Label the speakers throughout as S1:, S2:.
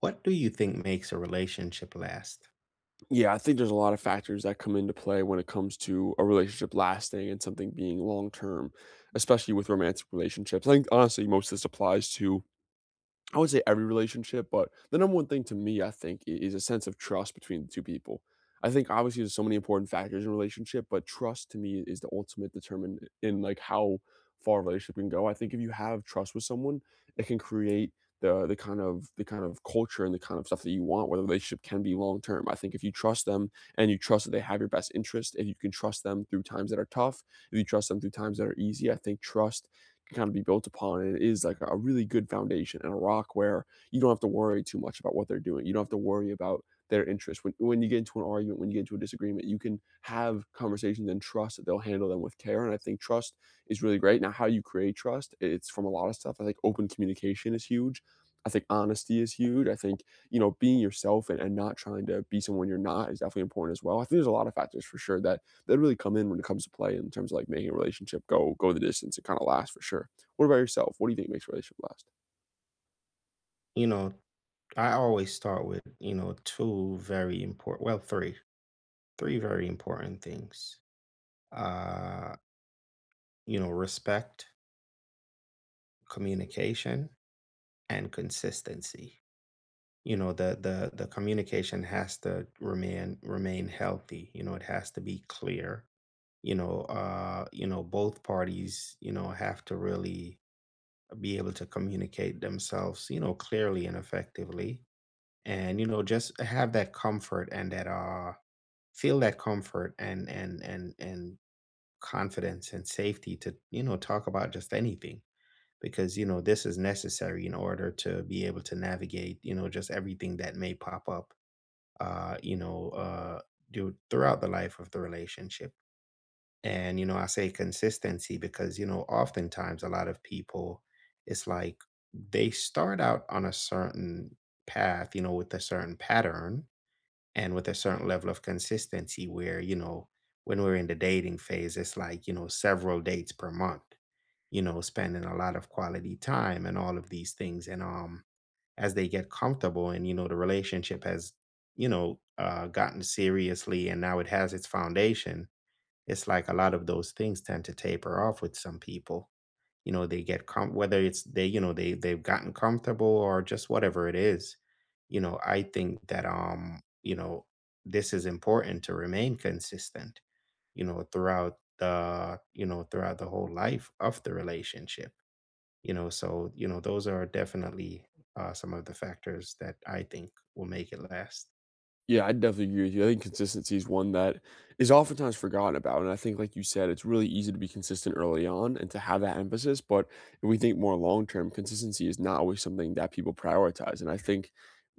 S1: What do you think makes a relationship last?
S2: Yeah, I think there's a lot of factors that come into play when it comes to a relationship lasting and something being long term, especially with romantic relationships. I think honestly, most of this applies to I would say every relationship. But the number one thing to me, I think, is a sense of trust between the two people. I think obviously there's so many important factors in a relationship, but trust to me is the ultimate determinant in, like, how far a relationship can go. I think if you have trust with someone, it can create the kind of culture and the kind of stuff that you want, where the relationship can be long term. I think if you trust them and you trust that they have your best interest, if you can trust them through times that are tough, if you trust them through times that are easy, I think trust can kind of be built upon. And it is like a really good foundation and a rock, where you don't have to worry too much about what they're doing. You don't have to worry about their interest. When you get into an argument, when you get into a disagreement, you can have conversations and trust that they'll handle them with care. And I think trust is really great. Now, how you create trust, it's from a lot of stuff. I think open communication is huge. I think honesty is huge. I think, you know, being yourself and, not trying to be someone you're not is definitely important as well. I think there's a lot of factors for sure that really come in when it comes to play, in terms of like making a relationship go the distance and kind of last for sure. What about yourself? What do you think makes a relationship last?
S1: You know, I always start with, two very important, well, three very important things. Uh, respect, communication, and consistency. The communication has to remain healthy. It has to be clear. Both parties, have to really be able to communicate themselves, clearly and effectively, and just have that comfort and that feel that comfort and confidence and safety to talk about just anything, because this is necessary in order to be able to navigate, just everything that may pop up, uh you know uh do, throughout the life of the relationship. And I say consistency because oftentimes a lot of people, it's like they start out on a certain path, with a certain pattern and with a certain level of consistency where, when we're in the dating phase, it's like, several dates per month, spending a lot of quality time and all of these things. And as they get comfortable, and the relationship has, gotten seriously, and now it has its foundation. It's like a lot of those things tend to taper off with some people. They get whether it's, they, they've gotten comfortable, or just whatever it is. I think that, this is important to remain consistent, throughout the whole life of the relationship. So, those are definitely, some of the factors that I think will make it last.
S2: Yeah, I definitely agree with you. I think consistency is one that is oftentimes forgotten about. And I think, like you said, it's really easy to be consistent early on and to have that emphasis. But if we think more long term, consistency is not always something that people prioritize. And I think,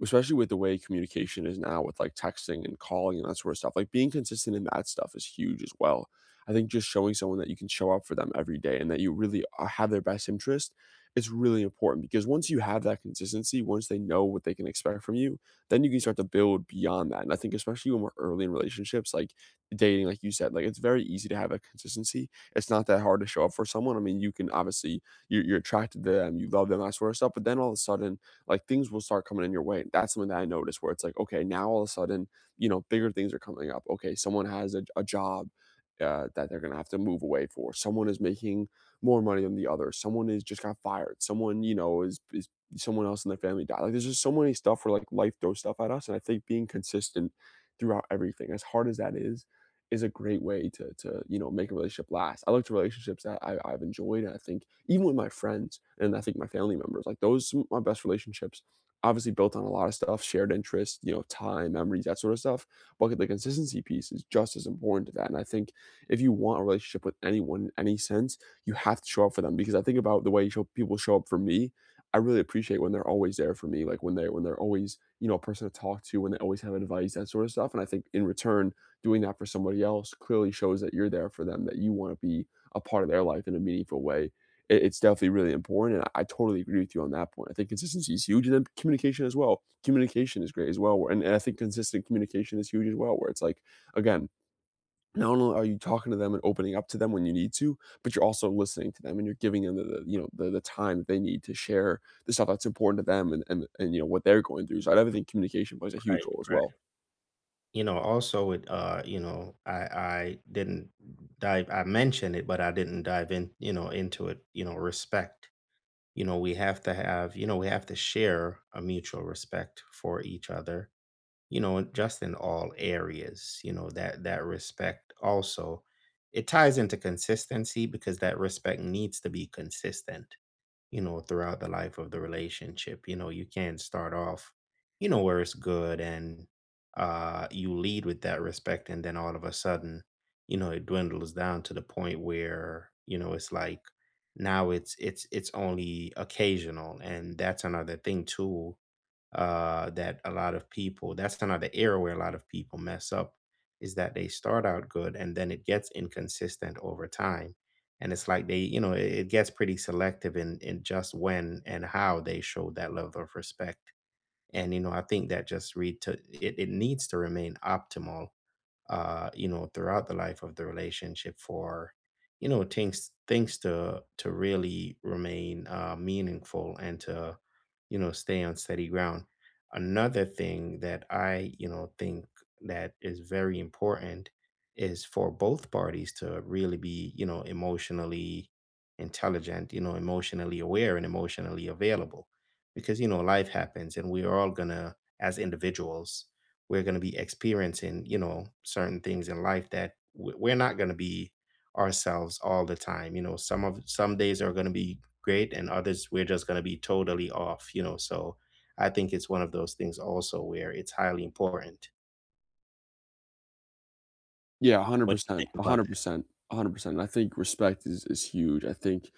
S2: especially with the way communication is now, with like texting and calling and that sort of stuff, like being consistent in that stuff is huge as well. I think just showing someone that you can show up for them every day and that you really have their best interest is really important, because once you have that consistency, once they know what they can expect from you, then you can start to build beyond that. And I think especially when we're early in relationships, like dating, like you said, like it's very easy to have a consistency. It's not that hard to show up for someone. I mean, you can obviously you're attracted to them, you love them, that sort of stuff. But then all of a sudden, like things will start coming in your way. That's something that I noticed, where it's like, okay, now all of a sudden, you know, bigger things are coming up. Okay, someone has a job that they're gonna have to move away for. Someone is making more money than the other. Someone is just got fired. Someone, you know, is someone else in their family died. Like, there's just so many stuff where like life throws stuff at us, and I think being consistent throughout everything, as hard as that is a great way to you know make a relationship last. I look to relationships that I've enjoyed, and I think even with my friends and I think my family members, like those some of my best relationships. Obviously, built on a lot of stuff, shared interests, you know, time, memories, that sort of stuff. But the consistency piece is just as important to that. And I think if you want a relationship with anyone in any sense, you have to show up for them, because I think about the way people show up for me. I really appreciate when they're always there for me, like, when they're always, you know, a person to talk to, when they always have advice, that sort of stuff, and I think in return, doing that for somebody else clearly shows that you're there for them, that you wanna be a part of their life in a meaningful way. It's definitely really important, and I totally agree with you on that point. I think consistency is huge, and then communication as well. Communication is great as well, where and I think consistent communication is huge as well, where it's like, again, not only are you talking to them and opening up to them when you need to, but you're also listening to them and you're giving them the you know the time that they need to share the stuff that's important to them, and you know what they're going through. So I definitely think communication plays a huge
S1: Right,
S2: role as
S1: right.
S2: well.
S1: Also, it you know I didn't dive I mentioned it, but I didn't dive in, into it. Respect. We have to share a mutual respect for each other, just in all areas. That respect also, it ties into consistency because that respect needs to be consistent, throughout the life of the relationship. You can't start off, where it's good, and you lead with that respect, and then all of a sudden, it dwindles down to the point where, it's like, now it's only occasional. And that's another thing too. That's another area where a lot of people mess up, is that they start out good and then it gets inconsistent over time. And it's like they, it gets pretty selective in, just when and how they show that level of respect. And, I think that, just read to it, it needs to remain optimal, throughout the life of the relationship for, things to really remain, meaningful, and to, stay on steady ground. Another thing that I, think, that is very important, is for both parties to really be, emotionally intelligent, emotionally aware, and emotionally available. Because, life happens, and we are all gonna, as individuals, we're going to be experiencing, certain things in life that we're not going to be ourselves all the time. Some days are going to be great, and others we're just going to be totally off. So I think it's one of those things also where it's highly important.
S2: Yeah,
S1: What do you
S2: 100%.
S1: think about?
S2: 100%. 100%. And I think respect is huge. I think,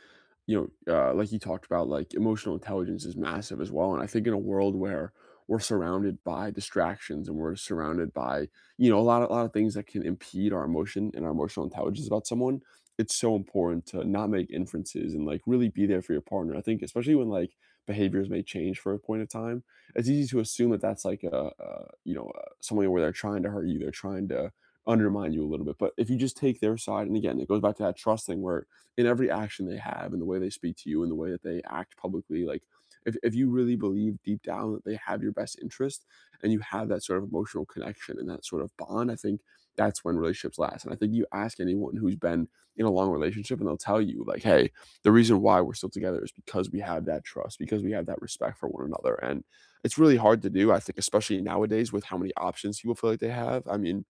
S2: you know, like you talked about, like emotional intelligence is massive as well. And I think in a world where we're surrounded by distractions and we're surrounded by, you know, a lot of things that can impede our emotion and our emotional intelligence about someone, it's so important to not make inferences and like really be there for your partner. I think especially when like behaviors may change for a point of time, it's easy to assume that that's like a you know, something where they're trying to hurt you, they're trying to undermine you a little bit. But if you just take their side, and again, it goes back to that trust thing, where in every action they have, in the way they speak to you, in the way that they act publicly. Like, if you really believe deep down that they have your best interest and you have that sort of emotional connection and that sort of bond, I think that's when relationships last. And I think you ask anyone who's been in a long relationship and they'll tell you, like, hey, the reason why we're still together is because we have that trust, because we have that respect for one another. And it's really hard to do, I think, especially nowadays with how many options people feel like they have. I mean,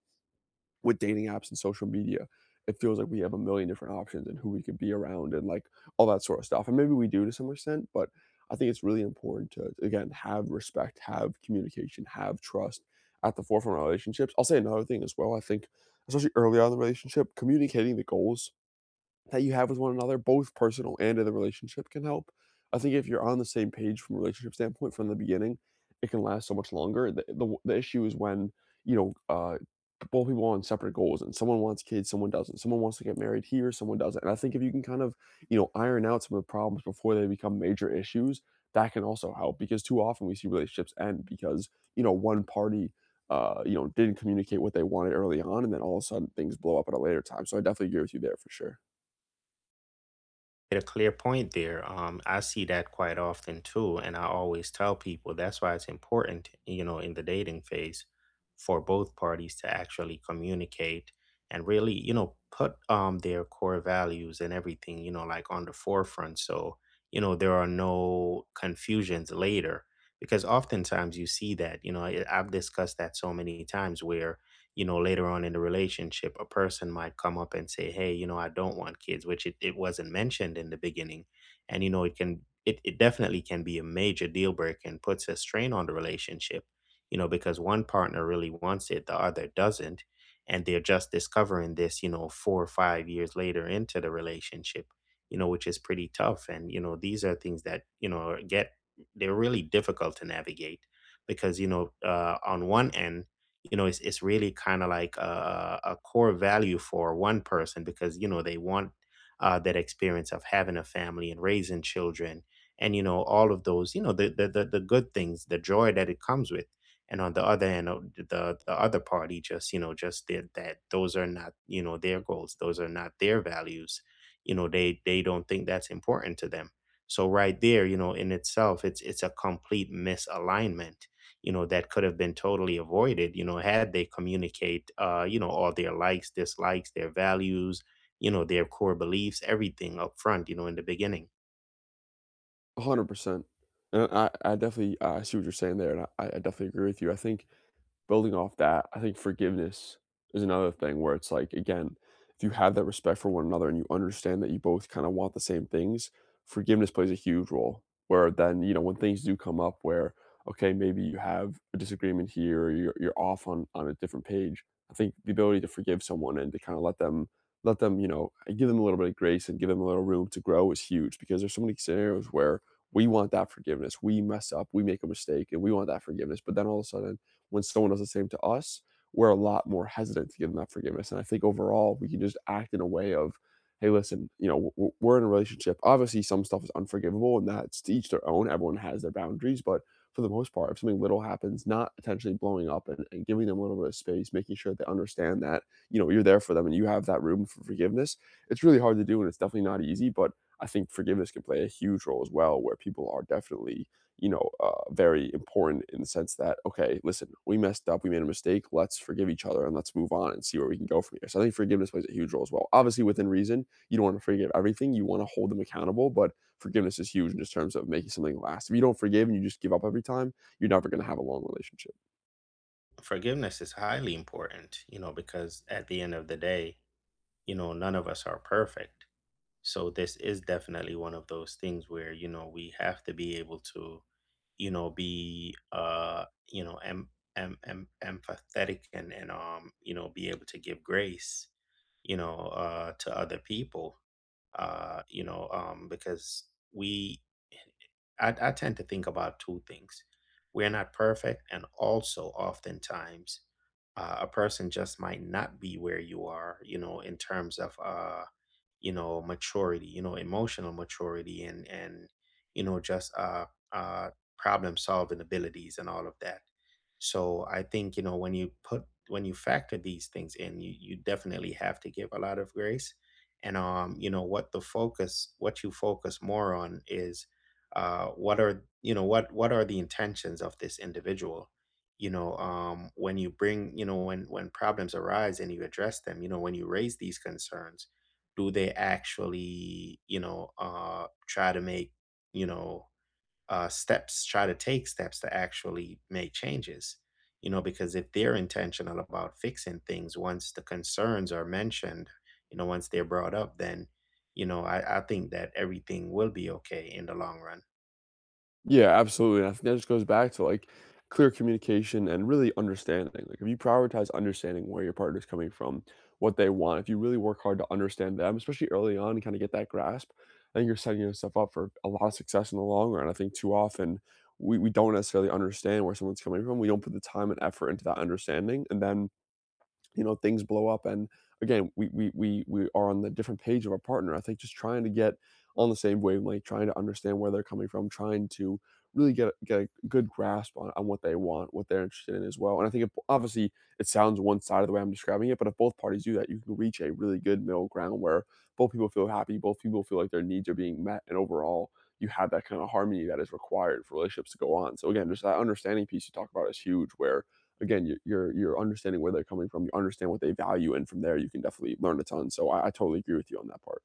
S2: with dating apps and social media, it feels like we have a million different options and who we could be around and like all that sort of stuff. And maybe we do to some extent, but I think it's really important to again have respect, have communication, have trust at the forefront of relationships. I'll say another thing as well. I think especially early on in the relationship, communicating the goals that you have with one another, both personal and in the relationship, can help. I think if you're on the same page from a relationship standpoint from the beginning, it can last so much longer. The issue is when, you know, both people on separate goals and someone wants kids, someone doesn't. Someone wants to get married here, someone doesn't. And I think if you can kind of, you know, iron out some of the problems before they become major issues, that can also help, because too often we see relationships end because, you know, one party you know, didn't communicate what they wanted early on, and then all of a sudden things blow up at a later time. So I definitely agree with you there for sure.
S1: A clear point there. I see that quite often too, and I always tell people that's why it's important, in the dating phase, for both parties to actually communicate and really, put their core values and everything, like, on the forefront, so there are no confusions later. Because oftentimes you see that, I've discussed that so many times where, later on in the relationship, a person might come up and say, hey, I don't want kids, which it wasn't mentioned in the beginning. And it definitely can be a major deal breaker and puts a strain on the relationship, because one partner really wants it, the other doesn't, and they're just discovering this, 4 or 5 years later into the relationship, which is pretty tough. And these are things that, you know get they're really difficult to navigate, because on one end, it's really kind of like a core value for one person, because they want, that experience of having a family and raising children, and all of those, the good things, the joy that it comes with. And on the other end, the other party just, just did that. Those are not, their goals. Those are not their values. They don't think that's important to them. So right there, in itself, it's a complete misalignment, that could have been totally avoided, had they communicate, all their likes, dislikes, their values, their core beliefs, everything up front, in the beginning.
S2: 100%. And I definitely I see what you're saying there, and I definitely agree with you. I think building off that, I think forgiveness is another thing where it's like, again, if you have that respect for one another and you understand that you both kind of want the same things, forgiveness plays a huge role. Where then, you know, when things do come up where, okay, maybe you have a disagreement here or you're off on, a different page, I think the ability to forgive someone and to kind of let them, you know, give them a little bit of grace and give them a little room to grow is huge, because there's so many scenarios where we want that forgiveness. We mess up, we make a mistake, and we want that forgiveness. But then all of a sudden, when someone does the same to us, we're a lot more hesitant to give them that forgiveness. And I think overall, we can just act in a way of, hey, listen, you know, we're in a relationship. Obviously, some stuff is unforgivable, and that's to each their own. Everyone has their boundaries, but for the most part, if something little happens, not potentially blowing up, and giving them a little bit of space, making sure they understand that, you know, you're there for them and you have that room for forgiveness. It's really hard to do, and it's definitely not easy, but I think forgiveness can play a huge role as well, where people are definitely you know, very important in the sense that, okay, listen, we messed up, we made a mistake, let's forgive each other and let's move on and see where we can go from here. So I think forgiveness plays a huge role as well. Obviously, within reason, you don't want to forgive everything, you want to hold them accountable, but forgiveness is huge in just terms of making something last. If you don't forgive and you just give up every time, you're never going to have a long relationship.
S1: Forgiveness is highly important, because at the end of the day, none of us are perfect. So this is definitely one of those things where we have to be able to, be, empathetic, and be able to give grace, to other people, because we, I tend to think about two things. We're not perfect, and also oftentimes, a person just might not be where you are, in terms of, maturity, emotional maturity, and you know just uh problem solving abilities and all of that. So I think, when you factor these things in, you definitely have to give a lot of grace. And what you focus more on, is, what are you know what are the intentions of this individual. When you bring you know When problems arise and you address them, when you raise these concerns, do they actually, you know try to take steps to actually make changes. Because if they're intentional about fixing things once the concerns are mentioned, once they're brought up, then, I think that everything will be okay in the long run.
S2: Yeah, absolutely, and I think that just goes back to, like, clear communication and really understanding, like, if you prioritize understanding where your partner's coming from, what they want, if you really work hard to understand them, especially early on and kinda get that grasp, I think you're setting yourself up for a lot of success in the long run. I think too often, we don't necessarily understand where someone's coming from, we don't put the time and effort into that understanding, and then you know things blow up, and again we are on the different page of our partner. I think just trying to get on the same wavelength, trying to understand where they're coming from, trying to really get a good grasp on what they want, what they're interested in as well. And I think it, obviously it sounds one side of the way I'm describing it, but if both parties do that you can reach a really good middle ground, where both people feel happy, both people feel like their needs are being met, and overall you have that kind of harmony that is required for relationships to go on. So again, just that understanding piece you talk about is huge, where again, you're understanding where they're coming from. You understand what they value, and from there, you can definitely learn a ton. So I totally agree with you on that part.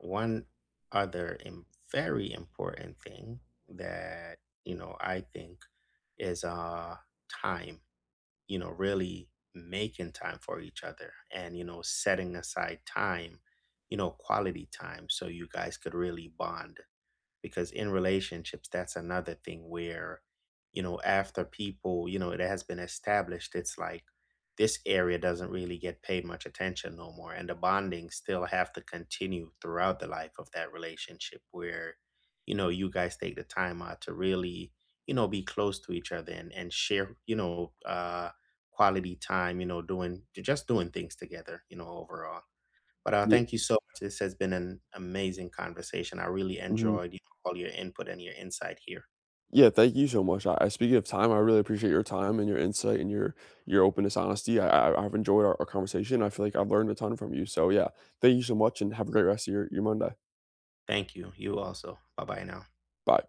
S1: One other, very important thing that, I think, is, time. Really making time for each other, and, setting aside time, quality time, so you guys could really bond, because in relationships, that's another thing where, after people, it has been established, it's like this area doesn't really get paid much attention no more, and the bonding still have to continue throughout the life of that relationship, where you guys take the time out to really, be close to each other, and share, quality time, doing things together, overall. But,
S2: Yeah.
S1: thank you so much. This has been an amazing conversation. I really
S2: hmm
S1: enjoyed, all your input and your insight here.
S2: Yeah. Thank you so much. I Speaking of time, I really appreciate your time and your insight and your openness, honesty. I've enjoyed our conversation. I feel like I've learned a ton from you. So yeah, thank you so much, and have a great rest of your Monday.
S1: Thank you. You also. Bye bye now.
S2: Bye.